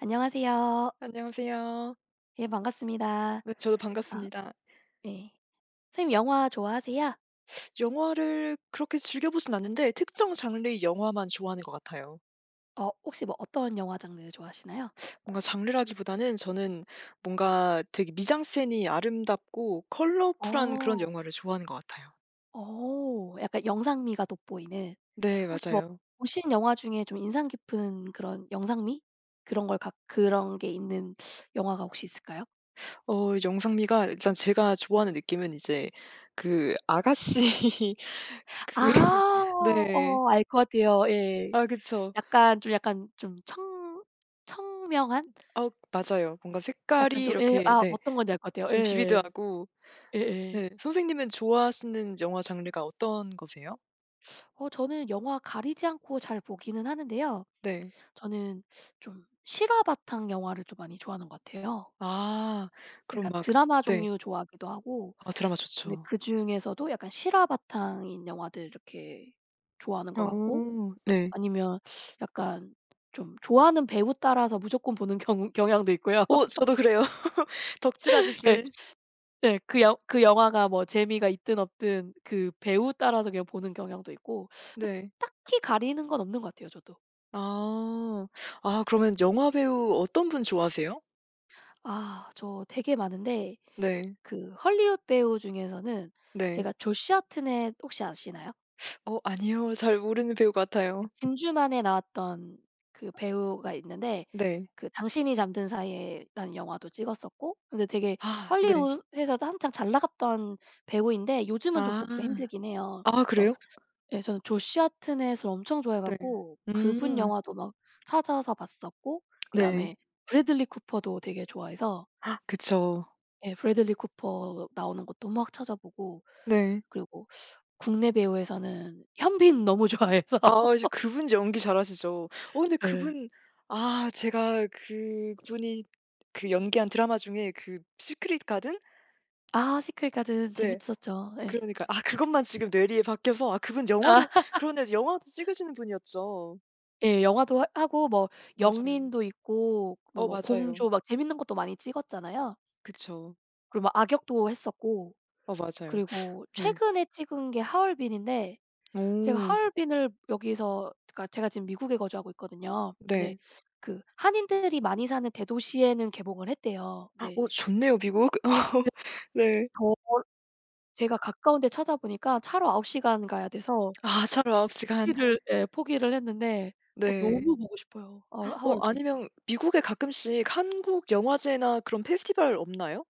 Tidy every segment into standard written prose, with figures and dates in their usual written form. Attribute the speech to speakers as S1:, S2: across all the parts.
S1: 안녕하세요.
S2: 안녕하세요.
S1: 예 반갑습니다.
S2: 네, 저도
S1: 아
S2: 반갑습니다.
S1: 예. 선생님 영화 좋아하세요?
S2: 영화를 그렇게 즐겨 보진 않는데 특정 장르의 영화만 좋아하는 것 같아요.
S1: 혹시 뭐 어떤 영화 장르 좋아하시나요?
S2: 뭔가 장르라기보다는 저는 뭔가 되게 미장센이 아름답고 컬러풀한 그런
S1: 어.
S2: 영화를 좋아하는 것 같아요.
S1: 약간 영상미가 돋보이는.
S2: 네,
S1: 혹시 뭐
S2: 맞아요.
S1: 보신 영화 중에 좀 인상 깊은 그런 영상미? 그런 걸 각 그런 게 있는 영화가 혹시 있을까요?
S2: 어 영상미가 일단 제가 좋아하는 느낌은 이제 그 아가씨 그
S1: 아.
S2: 네.
S1: 알 것 같아요. 예.
S2: 아, 그쵸.
S1: 약간 좀 약간 좀 청 청명한?
S2: 아, 맞아요. 뭔가
S1: 약간
S2: 색깔이
S1: 좀 예
S2: 이렇게,
S1: 아
S2: 네.
S1: 어떤 건지 알 것 같아요.
S2: 좀
S1: 예.
S2: 비비드하고.
S1: 예예.
S2: 네. 선생님은 좋아하시는 영화 장르가 어떤 거세요?
S1: 저는 영화 가리지 않고 잘 보기는 하는데요.
S2: 네.
S1: 저는 좀 실화 바탕 영화를 좀 많이 좋아하는 것 같아요.
S2: 아, 그럼
S1: 약간
S2: 막.
S1: 드라마
S2: 네.
S1: 종류 좋아하기도 하고,
S2: 아, 드라마
S1: 근데
S2: 좋죠.
S1: 그중에서도 약간 실화 바탕인 영화들 이렇게 좋아하는 것 같고,
S2: 어, 네.
S1: 아니면 약간 좀 좋아하는 배우 따라서 무조건 보는 경 경향도 있고요.
S2: 어, 저도 그래요.
S1: 그
S2: 덕질하듯이.
S1: 네. 그 영 그 영화가 뭐 재미가 있든 없든 그 배우 따라서 그냥 보는 경향도 있고, 그
S2: 네.
S1: 딱히 가리는 건 없는 것 같아요 저도.
S2: 아. 아, 그러면 영화 배우 어떤 분 좋아하세요?
S1: 저 되게 많은데.
S2: 네.
S1: 그 헐리우드 배우 중에서는
S2: 네.
S1: 제가 조시 하트넷 혹시 아시나요?
S2: 어, 아니요. 잘 모르는 배우
S1: 그
S2: 같아요.
S1: 진주만에 나왔던 그 배우가 있는데,
S2: 네.
S1: 그 당신이 잠든 사이에라는 영화도 찍었었고, 근데 되게
S2: 아, 네.
S1: 헐리우드에서도 한창 잘 나갔던 배우인데 요즘은 좀 보기가
S2: 아.
S1: 힘들긴 해요.
S2: 아,
S1: 그래서
S2: 그래요?
S1: 예 저는 조시 하트넷을 엄청 좋아해
S2: 네.
S1: 갖고 그분
S2: 음.
S1: 영화도 막 찾아서 봤었고,
S2: 네.
S1: 그다음에 브래들리 쿠퍼도 되게 좋아해서,
S2: 그쵸.
S1: 예. 브래들리 쿠퍼 나오는 것도 막 찾아보고,
S2: 네.
S1: 그리고 국내 배우에서는 현빈 너무 좋아해서.
S2: 아, 이제 그분 연기 잘하시죠. 어, 근데
S1: 예.
S2: 그분. 아, 제가 그분이 그 연기한 드라마 중에 그 시크릿 가든?
S1: 아 시크릿 가든
S2: 네.
S1: 재밌었죠. 예.
S2: 그러니까 아, 그것만 지금 뇌리에 박혀서 아, 그분 영화도.
S1: 아
S2: 그러네요. 영화도 찍으시는 분이었죠.
S1: 예. 영화도 하 하고, 뭐
S2: 맞아요.
S1: 영린도 있고 뭐
S2: 어,
S1: 뭐
S2: 맞아요.
S1: 공조 막 재밌는 것도 많이 찍었잖아요.
S2: 그쵸.
S1: 그리고 막 악역도 했었고,
S2: 어, 맞아요.
S1: 그리고
S2: 네.
S1: 최근에 찍은 게 하얼빈인데, 제가
S2: 오.
S1: 하얼빈을 여기서, 그러니까 제가 지금 미국에 거주하고 있거든요. 네.
S2: 네.
S1: 그 한인들이 많이 사는 대도시에는 개봉을 했대요. 네.
S2: 어, 좋네요 미국. 네.
S1: 더 제가 가까운 데 찾아보니까 차로 9 시간 가야 돼서
S2: 아, 하루 9 시간.
S1: 포기를, 예 포기를 했는데.
S2: 네.
S1: 너무 보고 싶어요,
S2: 어,
S1: 하얼빈.
S2: 아니면 미국에 가끔씩 한국 영화제나 그런 페스티벌 없나요?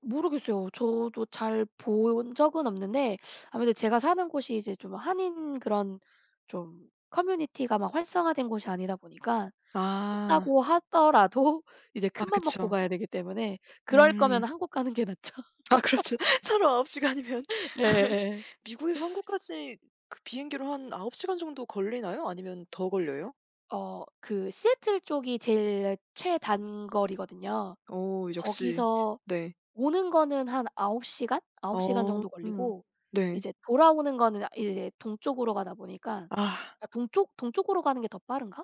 S1: 모르겠어요. 저도 잘 본 적은 없는데, 아무래도 제가 사는 곳이 이제 좀 한인 그런 좀 커뮤니티가 막 활성화된 곳이 아니다 보니까,
S2: 아.
S1: 있다고 하더라도 이제
S2: 아,
S1: 큰맘 먹고
S2: 그쵸.
S1: 가야 되기 때문에 그럴 거면
S2: 음.
S1: 한국 가는 게 낫죠.
S2: 아, 그렇죠. 차로 9 시간이면
S1: 예예예.
S2: 미국에서 한국까지 그 비행기로 한 9 시간 정도 걸리나요? 아니면 더 걸려요?
S1: 그 시애틀 쪽이 제일 최단거리거든요.
S2: 어, 역시.
S1: 거기서
S2: 네.
S1: 오는 거는 한 9 시간? 9 시간
S2: 어.
S1: 정도
S2: 음.
S1: 걸리고,
S2: 네.
S1: 이제 돌아오는 거는 이제 동쪽으로 가다 보니까,
S2: 아.
S1: 아 동쪽 동쪽으로 가는 게 더 빠른가?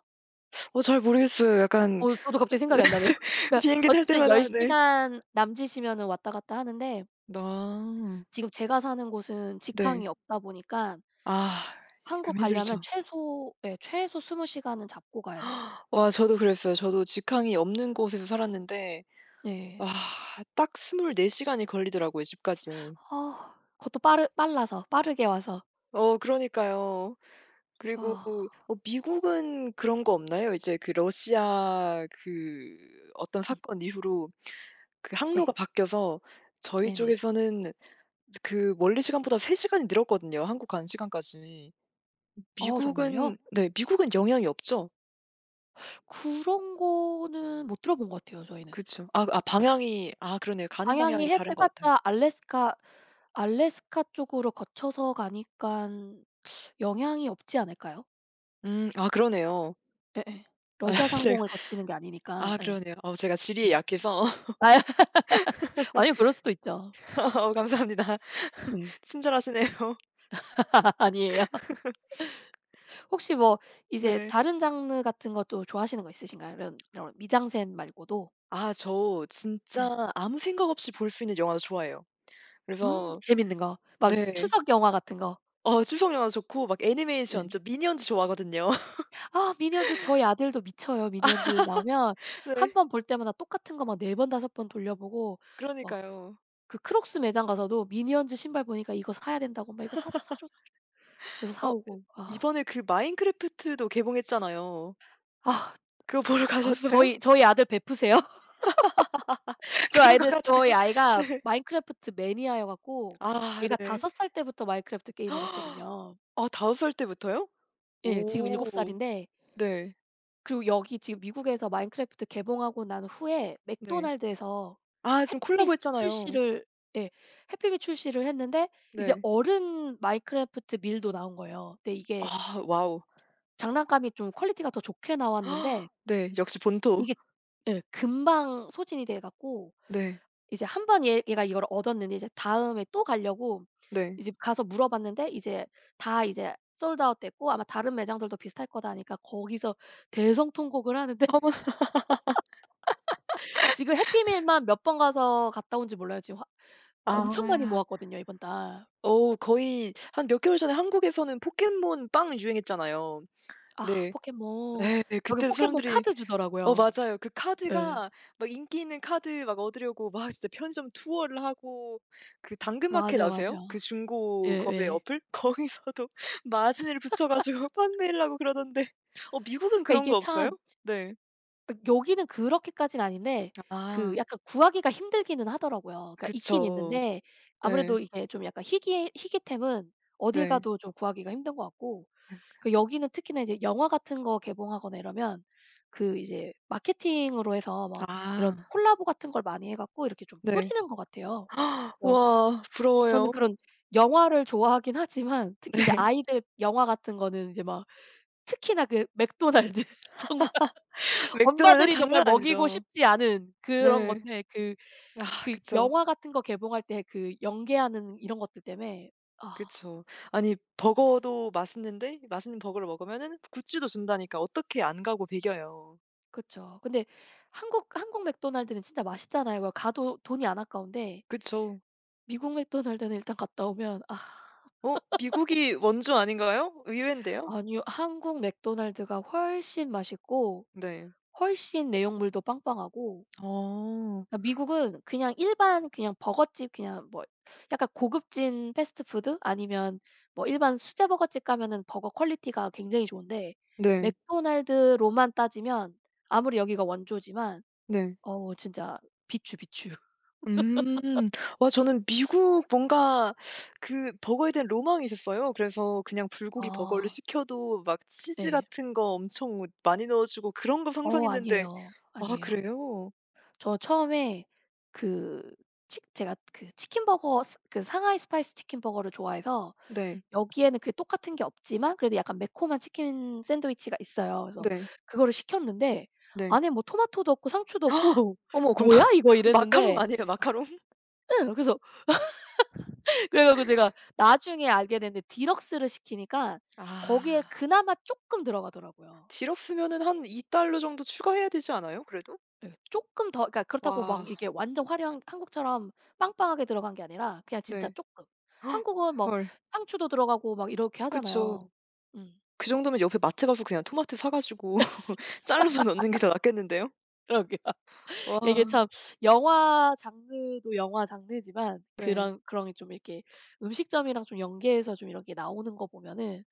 S2: 어, 잘 모르겠어요. 약간.
S1: 저도 갑자기 생각이 안 나네요. 그러니까
S2: 비행기 탈
S1: 어쨌든 10
S2: 때마다, 네.
S1: 시간 남짓이면은 왔다 갔다 하는데,
S2: 아.
S1: 지금 제가 사는 곳은
S2: 네.
S1: 직항이 없다 보니까
S2: 아,
S1: 한국
S2: 그럼
S1: 가려면
S2: 힘들죠.
S1: 최소, 예 최소 20 시간은 잡고 가야 돼요.
S2: 와, 저도 그랬어요. 저도 직항이 없는 곳에서 살았는데, 와,
S1: 네.
S2: 딱 24 시간이 걸리더라고요 집까지.
S1: 아 그것도 빠르 빨라서 빠르게 와서.
S2: 어, 그러니까요. 그리고
S1: 아.
S2: 어 미국은 그런 거 없나요? 이제 그 러시아 그 어떤
S1: 음.
S2: 사건 이후로 그
S1: 네.
S2: 항로가 바뀌어서 저희
S1: 네네.
S2: 쪽에서는 그 원래 시간보다 3 시간이 늘었거든요, 한국 간 시간까지.
S1: 어 정말요?
S2: 미국은, 네, 미국은 영향이 없죠?
S1: 그런 거는 못 들어본 것 같아요 저희는.
S2: 그죠아 아 방향이 아 그러네요. 가는
S1: 방향이
S2: 방향이
S1: 해
S2: 다른 것 같아요.
S1: 봤자 알래스카, 쪽으로 거쳐서 가니깐 영향이 없지 않을까요?
S2: 음, 아 그러네요.
S1: 예예.
S2: 아
S1: 러시아
S2: 제가
S1: 상공을 거치는 게 아니니까.
S2: 아
S1: 예.
S2: 그러네요. 어, 제가 지리에
S1: 네.
S2: 약해서.
S1: 아유. 아니요. 그럴 수도 있죠.
S2: 어, 감사합니다.
S1: 네.
S2: 친절하시네요.
S1: 아니에요? 혹시 뭐 이제
S2: 네.
S1: 다른 장르 같은 것도 좋아하시는 거 있으신가요? 이런 이런 미장센 말고도?
S2: 아, 저
S1: 예.
S2: 진짜 아무 생각 없이 볼 수 있는 영화도 좋아해요. 그래서.
S1: 재밌는 거, 막
S2: 네.
S1: 추석 영화 같은 거.
S2: 어, 추석 영화 좋고 막
S1: 예.
S2: 애니메이션 저 미니언즈 좋아하거든요.
S1: 아 미니언즈 저희 아들도 미쳐요. 미니언즈 나오면 한
S2: 네.
S1: 번 볼 때마다 똑같은 거 막 4 번 5 번 돌려보고 막,
S2: 그러니까요.
S1: 그 크록스 매장 가서도 미니언즈 신발 보니까 "이거 사야 된다고." 막 "이거 사줘, 사줘, 사줘." 그래서
S2: 어
S1: 사오고. 아.
S2: 이번에 그 마인크래프트도 개봉했잖아요.
S1: 아
S2: 그거 보러 가셨어요?
S1: 저희 아들 베프세요. 저희
S2: 그런 것
S1: 아이들
S2: 같아요.
S1: 저희 아이가
S2: 네.
S1: 마인크래프트 매니아여 갖고
S2: 아,
S1: 얘가
S2: 네.
S1: 5 살 때부터 마인크래프트 게임을
S2: 아
S1: 했거든요.
S2: 다 다섯 살 때부터요?
S1: 예 지금 7
S2: 오.
S1: 살인데,
S2: 네.
S1: 그리고 여기 지금 미국에서 마인크래프트 개봉하고 난 후에
S2: 네.
S1: 맥도날드에서
S2: 아, 지금
S1: 해피밀
S2: 콜라보 했잖아요.
S1: 출시를, 예. 해피밀 출시를 했는데, 이제
S2: 네.
S1: 어른 마인크래프트 밀도 나온 거예요. 근데 이게
S2: 아, 와우.
S1: 장난감이 좀 퀄리티가 더 좋게 나왔는데,
S2: 네. 역시 본토.
S1: 이게 예 금방 소진이 돼 갖고,
S2: 네.
S1: 이제 한 번 얘 얘가 이걸 얻었는데, 이제 다음에 또 가려고
S2: 네.
S1: 이제 가서 물어봤는데, 이제 다 이제 솔드아웃 됐고 아마 다른 매장들도 비슷할 거다 하니까, 거기서 대성통곡을 하는데, 지금 해피밀만 몇 번 가서 갔다 온지 몰라요. 지금 화 엄청 많이
S2: 아.
S1: 모았거든요, 이번 달.
S2: 어, 거의 한 몇 개월 전에 한국에서는 포켓몬 빵 유행했잖아요.
S1: 아
S2: 네.
S1: 포켓몬.
S2: 예.
S1: 여긴
S2: 그때도
S1: 포켓몬
S2: 사람들이.
S1: 카드
S2: 어,
S1: 주더라고요.
S2: 맞아요. 그
S1: 예.
S2: 카드가 막 인기 있는 카드 막 얻으려고 막 진짜 편의점 투어를 하고. 그 당근마켓
S1: 맞아요,
S2: 아세요? 그
S1: 맞아요.
S2: 중고 거래
S1: 예예.
S2: 어플? 거기서도 마진을 붙여 가지고 판매를 하고 그러던데. 어, 미국은
S1: 그러니까
S2: 그런
S1: 이게
S2: 거 없어요?
S1: 참,
S2: 네.
S1: 그 여기는 그렇게까진 아닌데, 그
S2: 아,
S1: 약간 구하기가 힘들기는 하더라고요. 그러니까 있긴
S2: 그쵸.
S1: 있는데, 아무래도
S2: 네.
S1: 이게 좀 약간 희귀템은 어딜
S2: 네.
S1: 가도 좀 구하기가 힘든 것 같고,
S2: 네.
S1: 그 여기는 특히나 이제 영화 같은 거 개봉하거나 이러면, 그 이제 마케팅으로 해서 막 이런
S2: 아,
S1: 콜라보 같은 걸 많이 해 갖고 이렇게 좀
S2: 네.
S1: 뿌리는 것 같아요. 그래서
S2: 와,
S1: 저는
S2: 부러워요.
S1: 그런 영화를 좋아하긴 하지만 특히 이제
S2: 네.
S1: 아이들 영화 같은 거는 이제 막, 특히나 그 맥도날드 정말
S2: 맥도날드는
S1: 엄마들이 정말
S2: 장난
S1: 먹이고
S2: 아니죠.
S1: 싶지 않은 그런
S2: 네.
S1: 건데, 그
S2: 아,
S1: 그
S2: 그쵸.
S1: 영화 같은 거 개봉할 때 그 연계하는 이런 것들 때문에. 아
S2: 그쵸. 아니, 버거도 맛있는데 맛있는 버거를 먹으면은 굿즈도 준다니까 어떻게 안 가고 배겨요.
S1: 그쵸. 근데 한국, 한국 맥도날드는 진짜 맛있잖아요. 가도 돈이 안 아까운데,
S2: 그쵸.
S1: 미국 맥도날드는 일단 갔다 오면 아.
S2: 어, 미국이 원조 아닌가요? 의외인데요.
S1: 아니요. 한국 맥도날드가 훨씬 맛있고
S2: 네.
S1: 훨씬 내용물도 빵빵하고.
S2: 어.
S1: 그러니까 미국은 그냥 일반 그냥 버거집 그냥 뭐, 약간 고급진 패스트푸드 아니면 뭐 일반 수제 버거집 가면은 버거 퀄리티가 굉장히 좋은데,
S2: 네.
S1: 맥도날드로만 따지면 아무리 여기가 원조지만
S2: 네.
S1: 어우 진짜, 비추, 비추.
S2: 음. 와 저는 미국 뭔가 그 버거에 대한 로망이 있었어요. 그래서 그냥 불고기 버거를
S1: 아
S2: 시켜도 막 치즈
S1: 네.
S2: 같은 거 엄청 많이 넣어 주고 그런 거 상상했는데.
S1: 아니에요,
S2: 아,
S1: 아니에요.
S2: 그래요?
S1: 저 처음에 그 치 제가 그 치킨 버거 스 그 상하이 스파이스 치킨 버거를 좋아해서,
S2: 네.
S1: 여기에는 그 똑같은 게 없지만 그래도 약간 매콤한 치킨 샌드위치가 있어요. 그래서
S2: 네.
S1: 그거를 시켰는데,
S2: 네.
S1: 안에 뭐 토마토도 없고 상추도 없고
S2: 어머, 그럼 마
S1: '뭐야 이거?'
S2: 마카롱
S1: 이랬는데,
S2: 아니에요, 마카롱?
S1: 응 그래서 그래 갖고 제가 나중에 알게 됐는데 디럭스를 시키니까 거기에
S2: 아.
S1: 그나마 조금 들어가더라고요.
S2: 지럽스면은 한 2 달러 정도 추가해야 되지 않아요 그래도?
S1: 예. 쪼끔 더, 그러니까 그렇다고 막
S2: 와.
S1: 이게 완전 화려한 한국처럼 빵빵하게 들어간 게 아니라 그냥 진짜
S2: 네.
S1: 쪼끔. 한국은 뭐
S2: 헐.
S1: 상추도 들어가고 막 이렇게
S2: 그쵸.
S1: 하잖아요. 음.
S2: 그 정도면 옆에 마트 가서 그냥 토마토 사 가지고 잘라서 넣는 게 더 낫겠는데요?
S1: 그러게요. 이게
S2: 와.
S1: 참 영화 장르도 영화 장르지만
S2: 네.
S1: 그런 그런 게 좀 이렇게 음식점이랑 좀 연계해서 좀 이렇게 나오는 거 보면은,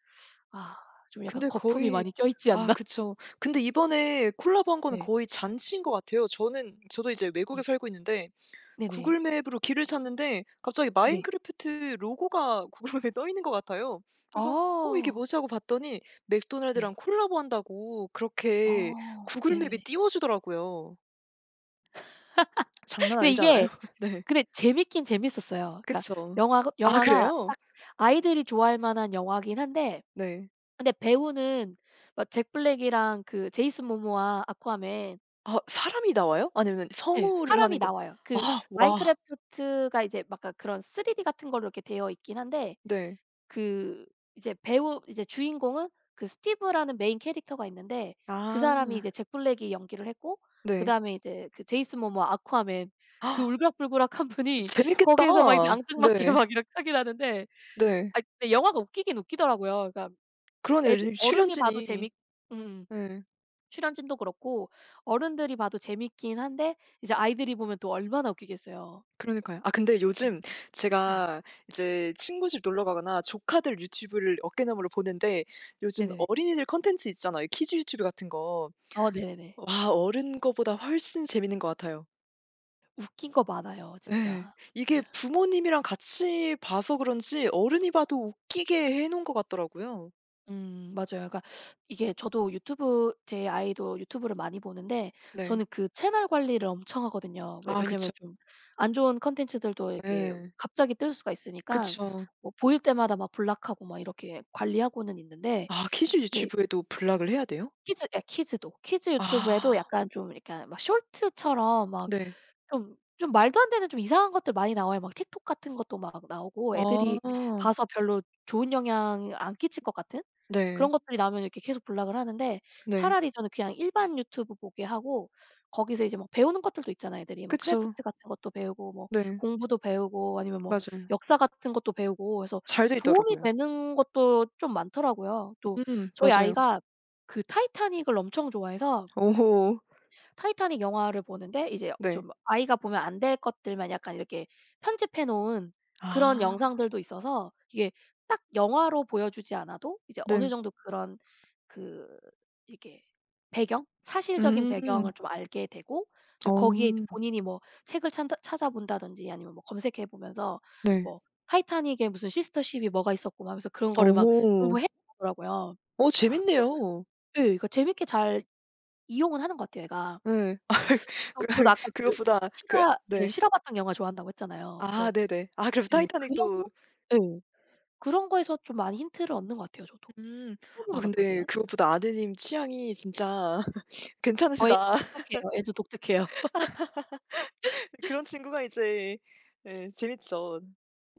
S1: 아 좀 약간
S2: 근데
S1: 거품이
S2: 거의
S1: 많이 껴있지
S2: 아,
S1: 않나?
S2: 그쵸. 근데 이번에 콜라보한 거는
S1: 네.
S2: 거의 잔치인 것 같아요. 저는 저도 이제
S1: 음.
S2: 외국에 살고 있는데 구글
S1: 네네.
S2: 맵으로 길을 찾는데 갑자기
S1: 네.
S2: 마인크래프트 로고가 구글 맵에 떠 있는 것 같아요. 그래서 '어, 이게
S1: 아.
S2: 뭐지?' 하고 봤더니 맥도날드랑
S1: 네.
S2: 콜라보한다고 그렇게
S1: 아.
S2: 구글 맵이
S1: 네네네.
S2: 띄워 주더라고요. 장난
S1: 근데
S2: 아니잖아요.
S1: 이게,
S2: 네.
S1: 근데 재밌긴 재밌었어요. 그러니까
S2: 그쵸.
S1: 영화가,
S2: 아,
S1: 영화가
S2: 그래요?
S1: 딱 아이들이 좋아할 만한 영화긴 한데,
S2: 네.
S1: 근데 배우는 막 잭 블랙이랑 그 제이슨 모모아 아쿠아맨,
S2: 아, 사람이 나와요? 아니면
S1: 예
S2: 성우를
S1: 사람이
S2: 하는 거.
S1: 나와요. 그
S2: 아, 와.
S1: 마인크래프트가 이제 막 그런 3D 같은 걸로 이렇게 되어 있긴 한데,
S2: 네.
S1: 그 이제 배우 이제 주인공은 그 스티브라는 메인 캐릭터가 있는데, 그 사람이 이제
S2: 아,
S1: 잭 블랙이 연기를 했고,
S2: 네.
S1: 그다음에 이제 그 제이슨 모모아 아쿠아맨 그 울그락불그락한 분이
S2: 재밌겠다.
S1: 거기에서 막 이제 앙증맞게
S2: 네.
S1: 막 이렇게 하긴 하는데,
S2: 네.
S1: 아 근데 영화가 웃기긴 웃기더라고요. 그러니까
S2: 그러네요,
S1: 애들
S2: 이제
S1: 어른이 봐도
S2: 출연진이.
S1: 재밌. 음
S2: 예.
S1: 출연진도 그렇고 어른들이 봐도 재밌긴 한데 이제 아이들이 보면 또 얼마나 웃기겠어요.
S2: 그러니까요. 아, 근데
S1: 네.
S2: 요즘
S1: 네.
S2: 제가 이제 친구 집 놀러 가거나 조카들 유튜브를 어깨너머로 보는데 요즘
S1: 네네네.
S2: 어린이들 콘텐츠 있잖아요. 키즈 유튜브 같은 거.
S1: 어 네네네.
S2: 와, 어른 거보다 훨씬 재밌는 것 같아요.
S1: 웃긴 거 많아요
S2: 예.
S1: 진짜.
S2: 이게 부모님이랑 같이 봐서 그런지 어른이 봐도 웃기게 해 놓은 것 같더라고요.
S1: 맞아요. 그러니까 이게 저도 유튜브, 제 아이도 유튜브를 많이 보는데,
S2: 네.
S1: 저는 그 채널 관리를 엄청 하거든요. 왜
S2: 아,
S1: 왜냐면
S2: 그쵸.
S1: 좀 안 좋은 컨텐츠들도 이렇게
S2: 예.
S1: 갑자기 뜰 수가 있으니까
S2: 그쵸.
S1: 뭐 보일 때마다 막 블락하고 막 이렇게 관리하고는 있는데.
S2: 아, 키즈
S1: 네.
S2: 유튜브에도 블락을 해야 돼요?
S1: 키즈, 예 키즈도. 키즈 유튜브에도
S2: 아,
S1: 약간 좀 이렇게 막 쇼트처럼 막
S2: 네.
S1: 좀 좀 말도 안 되는 좀 이상한 것들 많이 나와요. 막 틱톡 같은 것도 막 나오고 애들이
S2: 아,
S1: 봐서 별로 좋은 영향 안 끼칠 것 같은 그런
S2: 네.
S1: 것들이 나오면 이렇게 계속 블락을 하는데,
S2: 네.
S1: 차라리 저는 그냥 일반 유튜브 보게 하고 거기서 이제 막 배우는 것들도 있잖아요, 애들이. 뭐
S2: 그쵸.
S1: 크래프트 같은 것도 배우고, 뭐
S2: 네.
S1: 공부도 배우고, 아니면 뭐
S2: 맞아요.
S1: 역사 같은 것도 배우고 해서
S2: 잘 돼
S1: 도움이
S2: 있더라고요.
S1: 되는 것도 좀 많더라고요. 또
S2: 음,
S1: 저희
S2: 맞아요.
S1: 아이가 그 타이타닉을 엄청 좋아해서
S2: 어.
S1: 타이타닉 영화를 보는데, 이제
S2: 네.
S1: 좀 아이가 보면 안 될 것들만 약간 이렇게 편집해 놓은 그런
S2: 아,
S1: 영상들도 있어서, 이게 딱 영화로 보여주지 않아도 이제 어느
S2: 네.
S1: 정도 그런, 그 이게 배경, 사실적인
S2: 음.
S1: 배경을 좀 알게 되고, 또
S2: 어,
S1: 거기에 이제 본인이 뭐 책을 찬다 찾아본다든지 아니면 뭐 검색해 보면서
S2: 네.
S1: 뭐 타이타닉에 무슨 시스터 쉽이 뭐가 있었고 막 하면서 그런 거를 막
S2: 어.
S1: 공부해 보더라고요.
S2: 어,
S1: 그래서
S2: 재밌네요.
S1: 예. 이거 재밌게 잘 이용은 하는 것 같아요 얘가.
S2: 예.
S1: 그래서
S2: 그
S1: 저도, 저도 아까 그
S2: 그것보다 그
S1: 실화, 예
S2: 네.
S1: 실화바탕 영화 좋아한다고 했잖아요.
S2: 아,
S1: 그래서
S2: 네네. 아, 그럼
S1: 예 그런
S2: 타이타닉도.
S1: 거, 예. 그런 거에서 좀 많이 힌트를 얻는 것 같아요 저도.
S2: 음. 아,
S1: 선생님은 어떠세요?
S2: 근데 그것보다 아드님 취향이 진짜
S1: 어 얘 좀
S2: 괜찮으시다.
S1: 독특해요. 얘 좀 독특해요.
S2: 그런 친구가 이제 예 재밌죠.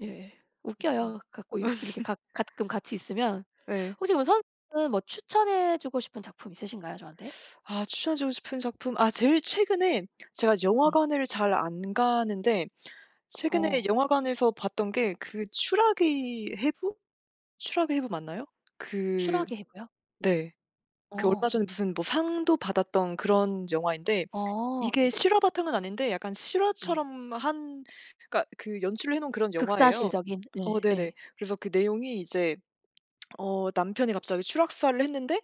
S1: 예.
S2: 그쵸.
S1: 웃겨요. 갖고 이 이렇게 가 가끔 같이 있으면.
S2: 네.
S1: 혹시 그럼 선생님은 뭐 추천해 주고 싶은 작품 있으신가요 저한테?
S2: 아, 추천해 주고 싶은 작품 아 제일 최근에 제가
S1: 음.
S2: 영화관을 잘 안 가는데 최근에
S1: 어.
S2: 영화관에서 봤던 게 그 추락의 해부? 추락의 해부 맞나요? 그
S1: 추락의 해부요?
S2: 네. 그 얼마
S1: 어.
S2: 전에 무슨 뭐 상도 받았던 그런 영화인데
S1: 어
S2: 이게
S1: 네네.
S2: 실화 바탕은 아닌데 약간
S1: 네.
S2: 실화처럼 한, 그러니까 그 연출을 해 놓은 그런 영화예요.
S1: 극사실적인
S2: 어,
S1: 예
S2: 네네.
S1: 예.
S2: 그래서 그 내용이 이제 어 남편이 갑자기 추락사를 했는데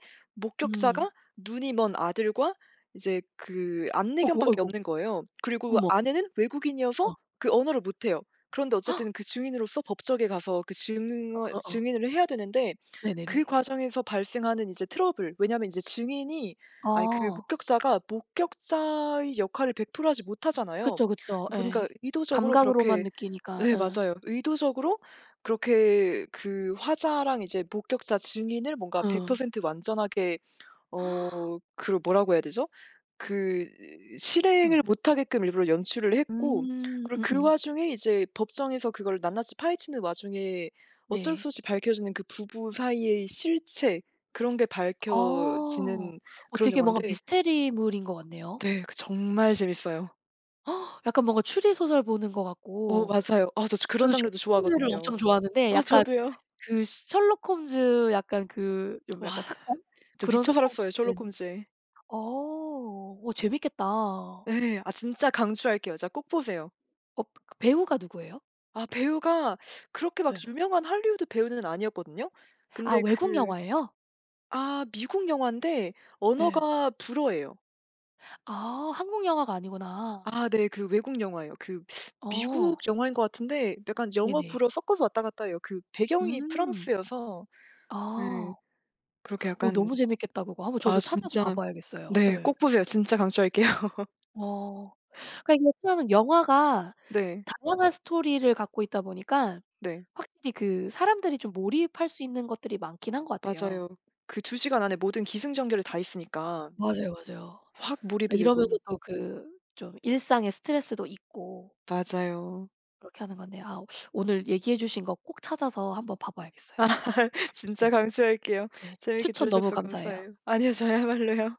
S1: 음.
S2: 목격자가 눈이 먼 아들과 이제 그
S1: 아이고,
S2: 안내견밖에
S1: 아이고.
S2: 없는 거예요. 그리고
S1: 어머.
S2: 아내는 외국인이어서
S1: 어.
S2: 그 언어를 못 해요. 그런데 어쨌든 그 증인으로서 법정에 가서 그 증
S1: 어어어.
S2: 증인을 해야 되는데 그
S1: 네네네.
S2: 과정에서 발생하는 이제 트러블, 왜냐하면 이제 증인이 아니 그
S1: 아.
S2: 목격자가 목격자의 역할을 100% 하지 못하잖아요.
S1: 그쵸, 그쵸.
S2: 보니까
S1: 예.
S2: 의도적으로
S1: 감각으로만
S2: 그렇게
S1: 느끼니까
S2: 네
S1: 예.
S2: 맞아요. 의도적으로 그렇게 그 화자랑 이제 목격자 증인을 뭔가
S1: 어.
S2: 100% 완전하게. 어, 그 뭐라고 해야 되죠? 그
S1: 예.
S2: 실행을 못 하게끔 일부러 연출을 했고
S1: 음.
S2: 그리고 그
S1: 음음.
S2: 와중에 이제 법정에서 그걸 낱낱이 파헤치는 와중에 어쩔 수
S1: 네.
S2: 없이 밝혀지는 그 부부 사이의 실체, 그런 게
S1: 아.
S2: 밝혀지는
S1: 어
S2: 그런
S1: 되게 뭔가
S2: 영화인데
S1: 미스테리물인 것 같네요.
S2: 네 그 정말 재밌어요.
S1: 약간 뭔가 추리 소설 보는 것
S2: 어,
S1: 같고,
S2: 맞아요. 아, 저 그런
S1: 저는 셜록
S2: 장르도
S1: 홈즈를
S2: 좋아하거든요.
S1: 엄청 좋아하는데
S2: 아,
S1: 약간
S2: 저도요.
S1: 그 셜록 홈즈 약간 그 좀
S2: 와.
S1: 약간 사건?
S2: 저
S1: 그런
S2: 미쳐
S1: 사건
S2: 살았어요, 셜록
S1: 같은.
S2: 홈즈에.
S1: 어. 어 재밌겠다. 어
S2: 네. 아, 진짜 강추할게요. 진짜 꼭 보세요.
S1: 그 배우가 누구예요?
S2: 아, 배우가 그렇게 막
S1: 예.
S2: 유명한 할리우드 배우는 아니었거든요.
S1: 아
S2: 근데
S1: 외국
S2: 그
S1: 영화예요?
S2: 아 미국 영화인데
S1: 예.
S2: 언어가 불어예요.
S1: 아 한국 영화가 아니구나.
S2: 아, 네. 그 외국 영화예요. 그
S1: 어
S2: 미국 영화인 것 같은데 약간 영어,
S1: 네네.
S2: 불어 섞어서 왔다 갔다 해요. 그 배경이
S1: 음.
S2: 프랑스여서
S1: 아.
S2: 네 그렇게
S1: 어
S2: 약간.
S1: 너무 재밌겠다 그거. 한번 저도
S2: 아,
S1: 찾아서 봐
S2: 진짜
S1: 봐야겠어요.
S2: 네
S1: 예.
S2: 꼭 보세요. 진짜 강추할게요.
S1: 어. 그러니까 이게 참 영화가
S2: 네.
S1: 다양한 스토리를 갖고 있다 보니까
S2: 네.
S1: 확실히 그 사람들이 좀 몰입할 수 있는 것들이 많긴 한 것 같아요.
S2: 맞아요. 그 두 시간 안에 모든 기승전결이 다 있으니까.
S1: 맞아요, 맞아요.
S2: 확 몰입이
S1: 이러면서
S2: 되고.
S1: 또 그 좀 일상의 스트레스도 잊고
S2: 맞아요.
S1: 그렇게 하는 건데, 아 오늘 얘기해 주신 거 꼭 찾아서 한번 봐 봐야겠어요.
S2: 아
S1: 예.
S2: 진짜 강추할게요.
S1: 예.
S2: 재밌게
S1: 추천
S2: 들어
S1: 너무
S2: 주셔서
S1: 감사해요.
S2: 감사해요. 아니요. 저야말로요.